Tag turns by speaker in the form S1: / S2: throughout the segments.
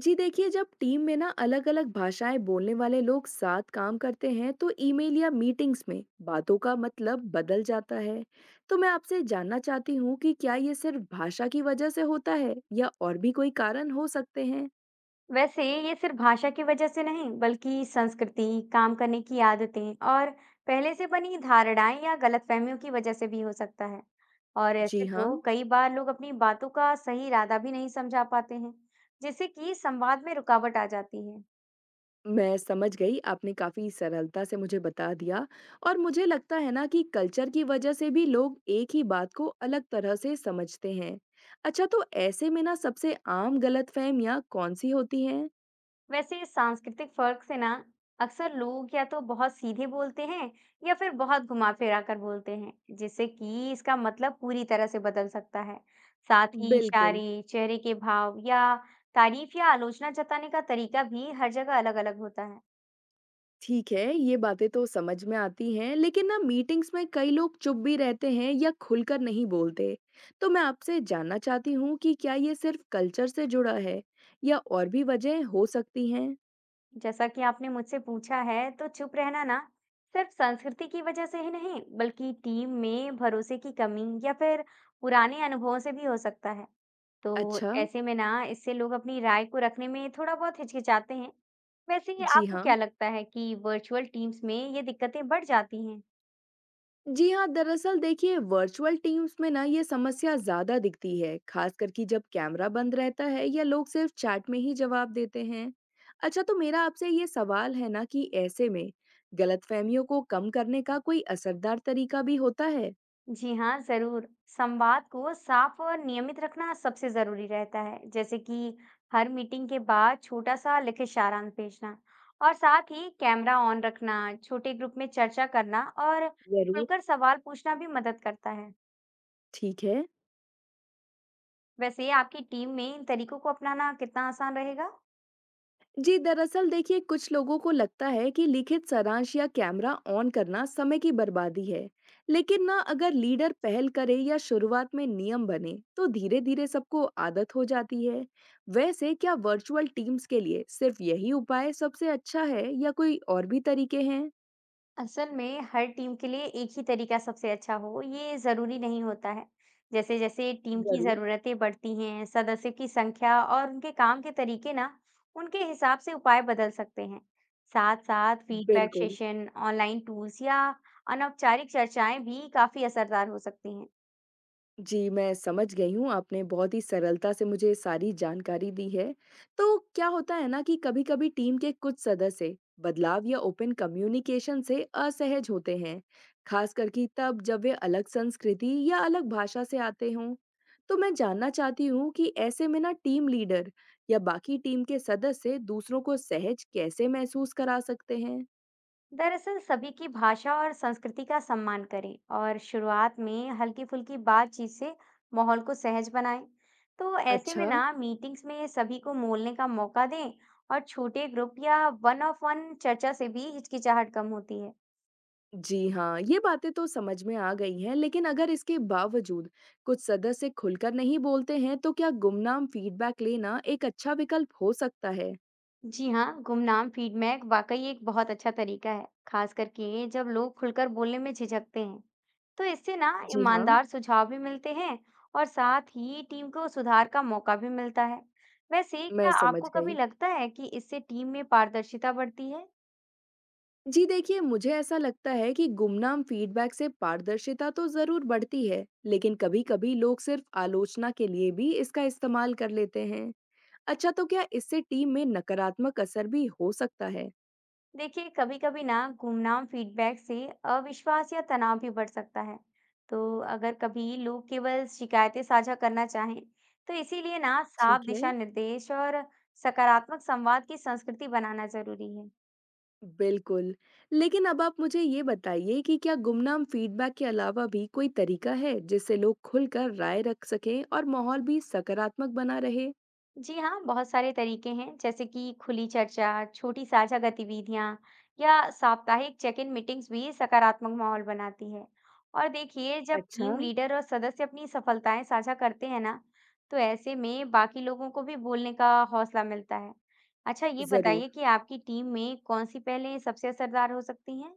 S1: जी देखिए, जब टीम में ना अलग-अलग भाषाएं बोलने वाले लोग साथ काम करते हैं तो ईमेल या मीटिंग्स में बातों का मतलब बदल जाता है। तो मैं आपसे जानना चाहती हूँ कि क्या ये सिर्फ भाषा की वजह से होता है या और भी कोई कारण हो सकते हैं?
S2: वैसे ये सिर्फ भाषा की वजह से नहीं, बल्कि संस्कृति, काम करने की आदतें और पहले से बनी धारणाएं या गलतफहमियों की वजह से भी हो सकता है। और
S1: जी
S2: ऐसे
S1: हाँ,
S2: तो कई बार लोग अपनी बातों का सही इरादा भी नहीं समझा पाते हैं, जिससे कि संवाद में रुकावट आ जाती है।
S1: मैं समझ गई। आपने काफी सरलता से मुझे बता दिया और मुझे लगता है ना कि कल्चर की वजह से भी लोग एक ही बात को अलग तरह से समझते हैं। अच्छा, तो ऐसे में ना सबसे आम गलतफहमियां कौन सी होती हैं?
S2: वैसे इस सांस्कृतिक फर्क से ना अक्सर लोग या तो बहुत सीधे बोलते हैं या फिर बहुत घुमा फिरा कर बोलते हैं, जिससे कि इसका मतलब पूरी तरह से बदल सकता है। साथ ही
S1: बिल्कुल।
S2: इशारे, चेहरे के भाव या तारीफ या आलोचना जताने का तरीका भी हर जगह अलग अलग होता है।
S1: ठीक है, ये बातें तो समझ में आती हैं, लेकिन ना मीटिंग्स में कई लोग चुप भी रहते हैं या खुलकर नहीं बोलते। तो मैं आपसे जानना चाहती हूँ कि क्या ये सिर्फ कल्चर से जुड़ा है या और भी वजह हो सकती हैं?
S2: जैसा कि आपने मुझसे पूछा है, तो चुप रहना ना सिर्फ संस्कृति की वजह से ही नहीं, बल्कि टीम में भरोसे की कमी या फिर पुराने अनुभवों से भी हो सकता है। तो
S1: अच्छा।
S2: ऐसे में ना इससे लोग अपनी राय को रखने में थोड़ा बहुत हिचकिचाते हैं। वैसे ही
S1: जी
S2: आपको
S1: हाँ।
S2: क्या लगता है कि वर्चुअल टीम्स में ये दिक्कतें बढ़ जाती हैं?
S1: जी हाँ, दरअसल देखिए, वर्चुअल टीम्स में ना ये समस्या ज्यादा दिखती है, खासकर कि जब कैमरा बंद रहता है या लोग सिर्फ चैट में ही जवाब देते हैं। अच्छा, तो मेरा आपसे ये सवाल है ना कि ऐसे में गलतफहमियों को कम करने का कोई असरदार तरीका भी होता है?
S2: जी हाँ, ज़रूर। संवाद को साफ और नियमित रखना सबसे ज़रूरी रहता है, जैसे कि हर मीटिंग के बाद छोटा-सा लिखित सारांश भेजना और साथ ही कैमरा ऑन रखना, छोटे ग्रुप में चर्चा करना और
S1: जरूर।
S2: खुलकर सवाल पूछना भी मदद करता है।
S1: ठीक है।
S2: वैसे आपकी टीम में इन तरीकों को अपनाना कितना आसान रहेगा?
S1: जी दरअसल देखिए, कुछ लोगों को लगता है कि लिखित सारांश या कैमरा ऑन करना समय की बर्बादी है, लेकिन ना अगर लीडर पहल करे या शुरुआत में नियम बने तो धीरे धीरे सबको आदत हो जाती है। वैसे क्या वर्चुअल टीम्स के लिए सिर्फ यही उपाय सबसे अच्छा है या कोई और भी तरीके हैं?
S2: असल में हर टीम के लिए एक ही तरीका सबसे अच्छा हो, ये जरूरी नहीं होता है। जैसे-जैसे टीम की
S1: जरूर।
S2: जरूरतें बढ़ती हैं, सदस्यों की संख्या और उनके काम के तरीके ना, उनके हिसाब से उपाय बदल सकते हैं। साथ-साथ फीडबैक
S1: बिल्कुल।
S2: सेशन, ऑनलाइन टूल्स या अनौपचारिक चर्चाएं भी काफी असरदार हो सकती हैं।
S1: जी, मैं समझ गई हूँ, आपने बहुत ही सरलता से मुझे सारी जानकारी दी है। तो क्या होता है ना कि कभी-कभी टीम के कुछ सदस्य बदलाव या ओपन कम्युनिकेशन से असहज होते हैं, खास करके तब जब वे अलग संस्कृति या अलग भाषा से आते हों। तो मैं जानना चाहती हूँ कि ऐसे में ना टीम लीडर या बाकी टीम के सदस्य दूसरों को सहज कैसे महसूस करा सकते हैं?
S2: दरअसल सभी की भाषा और संस्कृति का सम्मान करें और शुरुआत में हल्की फुल्की बातचीत से माहौल को सहज बनाएं। तो ऐसे में
S1: अच्छा।
S2: ना मीटिंग्स में सभी को बोलने का मौका दें और छोटे ग्रुप या वन ऑफ वन चर्चा से भी हिचकिचाहट कम होती है।
S1: जी हाँ, ये बातें तो समझ में आ गई हैं, लेकिन अगर इसके बावजूद कुछ सदस्य खुलकर नहीं बोलते हैं, तो क्या गुमनाम फीडबैक लेना एक अच्छा विकल्प हो सकता है?
S2: जी हाँ, गुमनाम फीडबैक वाकई एक बहुत अच्छा तरीका है, खास करके जब लोग खुलकर बोलने में झिझकते हैं। तो इससे ना
S1: जी हाँ।
S2: ईमानदार सुझाव भी मिलते हैं और साथ ही टीम को सुधार का मौका भी मिलता है। वैसे
S1: मैं
S2: क्या
S1: समझ
S2: आपको कभी
S1: गई।
S2: लगता है कि इससे टीम में पारदर्शिता बढ़ती है?
S1: जी देखिए, मुझे ऐसा लगता है कि गुमनाम फीडबैक से पारदर्शिता तो जरूर बढ़ती है, लेकिन कभी-कभी लोग सिर्फ आलोचना के लिए भी इसका इस्तेमाल कर लेते हैं। अच्छा, तो क्या इससे टीम में नकारात्मक असर भी हो सकता है?
S2: देखिए कभी कभी ना गुमनाम फीडबैक से अविश्वास या तनाव भी बढ़ सकता है। तो अगर कभी लोग केवल शिकायतें साझा करना चाहें, तो इसीलिए ना साफ
S1: ठीक है।
S2: दिशा निर्देश और सकारात्मक संवाद की संस्कृति बनाना जरूरी है।
S1: बिल्कुल। लेकिन अब आप मुझे ये बताइए कि क्या गुमनाम फीडबैक के अलावा भी कोई तरीका है जिससे लोग खुलकर राय रख सकें और माहौल भी सकारात्मक बना रहे?
S2: जी हाँ, बहुत सारे तरीके हैं, जैसे कि खुली चर्चा, छोटी साझा गतिविधियां या साप्ताहिक चेक इन मीटिंग्स भी सकारात्मक माहौल बनाती है। और देखिए जब
S1: अच्छा।
S2: टीम लीडर और सदस्य अपनी सफलताएं साझा करते हैं ना, तो ऐसे में बाकी लोगों को भी बोलने का हौसला मिलता है। अच्छा, ये
S1: जरूर।
S2: बताइए कि आपकी टीम में कौन सी पहलें सबसे असरदार हो सकती हैं?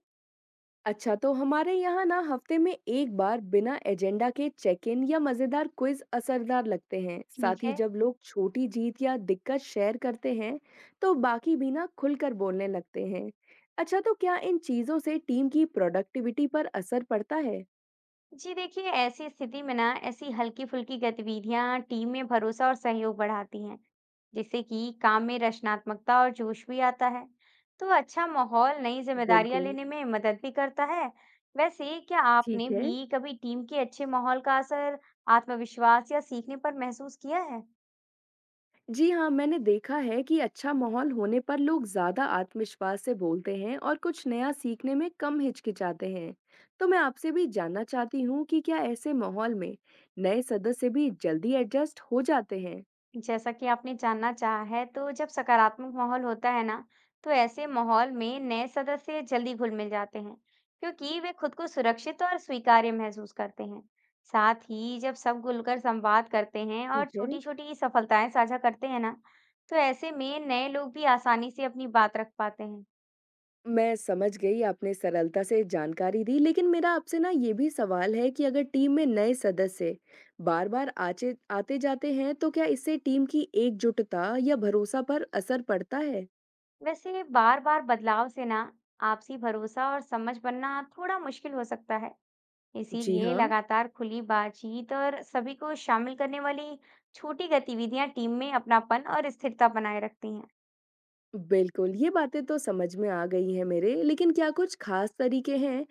S1: अच्छा, तो हमारे यहाँ ना हफ्ते में एक बार बिना एजेंडा के चेक इन या मजेदार क्विज असरदार लगते हैं।
S2: ठीक
S1: साथ ही
S2: है।
S1: जब लोग छोटी जीत या दिक्कत शेयर करते हैं, तो बाकी भी ना खुलकर बोलने लगते हैं। अच्छा, तो क्या इन चीजों से टीम की प्रोडक्टिविटी पर असर पड़ता है?
S2: जी देखिए ऐसी स्थिति में ना ऐसी हल्की फुल्की गतिविधियां टीम में भरोसा और सहयोग बढ़ाती हैं, जिससे कि काम में रचनात्मकता और जोश भी आता है। तो अच्छा माहौल नई जिम्मेदारियां
S1: बिल्कुल।
S2: लेने में मदद भी करता है। वैसे क्या आपने
S1: ठीक है।
S2: भी कभी टीम के अच्छे माहौल का असर आत्मविश्वास या सीखने पर महसूस किया है?
S1: जी हाँ, मैंने देखा है कि अच्छा माहौल होने पर लोग ज़्यादा आत्मविश्वास से बोलते हैं और कुछ नया सीखने में कम हिचकिचाते हैं। तो मैं आपसे भी जानना चाहती हूँ कि क्या ऐसे माहौल में नए सदस्य भी जल्दी एडजस्ट हो जाते हैं?
S2: जैसा कि आपने जानना चाहा है, तो जब सकारात्मक माहौल होता है ना, तो ऐसे माहौल में नए सदस्य जल्दी घुल-मिल जाते हैं, क्योंकि वे खुद को सुरक्षित और स्वीकार्य महसूस करते हैं। साथ ही जब सब खुलकर संवाद करते हैं और
S1: ठीक है।
S2: छोटी-छोटी सफलताएं साझा करते हैं ना, तो ऐसे में नए लोग भी आसानी से अपनी बात रख पाते हैं।
S1: मैं समझ गई, आपने सरलता से जानकारी दी, लेकिन मेरा आपसे ना ये भी सवाल है कि अगर टीम में नए सदस्य बार-बार आचे आते जाते हैं, तो क्या इससे टीम की एकजुटता या भरोसा पर असर पड़ता है?
S2: वैसे बार-बार बदलाव से ना आपसी भरोसा और समझ बनना थोड़ा मुश्किल हो सकता है।
S1: जी
S2: इसीलिए
S1: हाँ।
S2: लगातार खुली बातचीत और सभी को शामिल करने वाली छोटी गतिविधियां टीम में अपनापन और स्थिरता बनाए रखती हैं।
S1: बिल्कुल, ये बातें तो समझ में आ गई हैं मेरे, लेकिन क्या कुछ खास तरीके हैं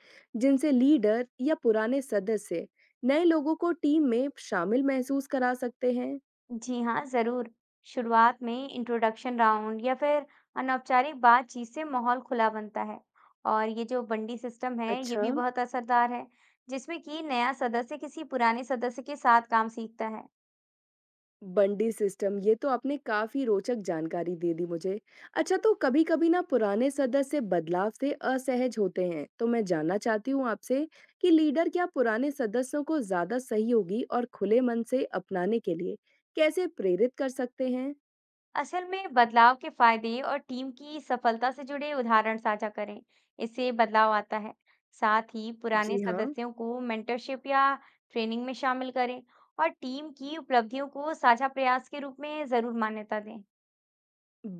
S1: जिनसे लीडर या पुराने सदस्य नए लोगों को टीम में शामिल महसूस करा सकते हैं?
S2: जी हाँ, जरूर। शुरुआत में इंट्रोडक्शन राउंड या फिर अनौपचारिक बातचीत से माहौल खुला बनता है और ये जो बंडी सिस्टम है, ये
S1: अच्छा।
S2: भी बहुत असरदार है, जिसमें कि नया सदस्य किसी पुराने सदस्य के साथ काम सीखता है।
S1: बंडी सिस्टम, ये तो आपने काफी रोचक जानकारी दे दी मुझे। अच्छा, तो कभी-कभी ना पुराने सदस्य बदलाव से असहज होते हैं, तो मैं जानना चाहती हूँ आपसे कि लीडर क्या पुराने सदस्यों को ज्यादा सहयोगी और खुले मन से अपनाने के लिए कैसे प्रेरित कर सकते हैं?
S2: असल में बदलाव के फायदे और टीम की सफलता से जुड़े उदाहरण साझा करें, इससे बदलाव आता है। साथ ही पुराने
S1: जी हाँ।
S2: सदस्यों को मेंटरशिप या ट्रेनिंग में शामिल करें और टीम की उपलब्धियों को साझा प्रयास के रूप में जरूर मान्यता दें।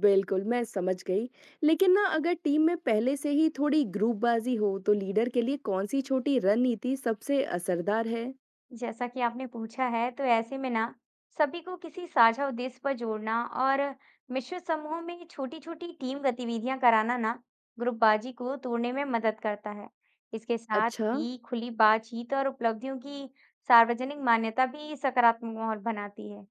S1: बिल्कुल, मैं समझ गई। लेकिन ना अगर टीम में पहले से ही थोड़ी ग्रुपबाज़ी हो तो लीडर के लिए कौन-सी छोटी रणनीति सबसे असरदार है?
S2: जैसा कि आपने पूछा है, तो ऐसे में ना सभी को किसी साझा उद्देश्य पर जोड़ना और मिश्रित समूहों में छोटी-छोटी टीम गतिविधियां कराना ना ग्रुपबाजी को तोड़ने में मदद करता है। इसके साथ
S1: अच्छा।
S2: ही खुली बातचीत और उपलब्धियों की सार्वजनिक मान्यता भी सकारात्मक माहौल बनाती है।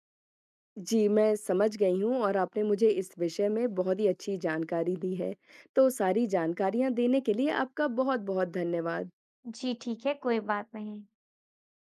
S1: जी, मैं समझ गई हूँ और आपने मुझे इस विषय में बहुत ही अच्छी जानकारी दी है। तो सारी जानकारियाँ देने के लिए आपका बहुत-बहुत धन्यवाद।
S2: जी ठीक है, कोई बात नहीं।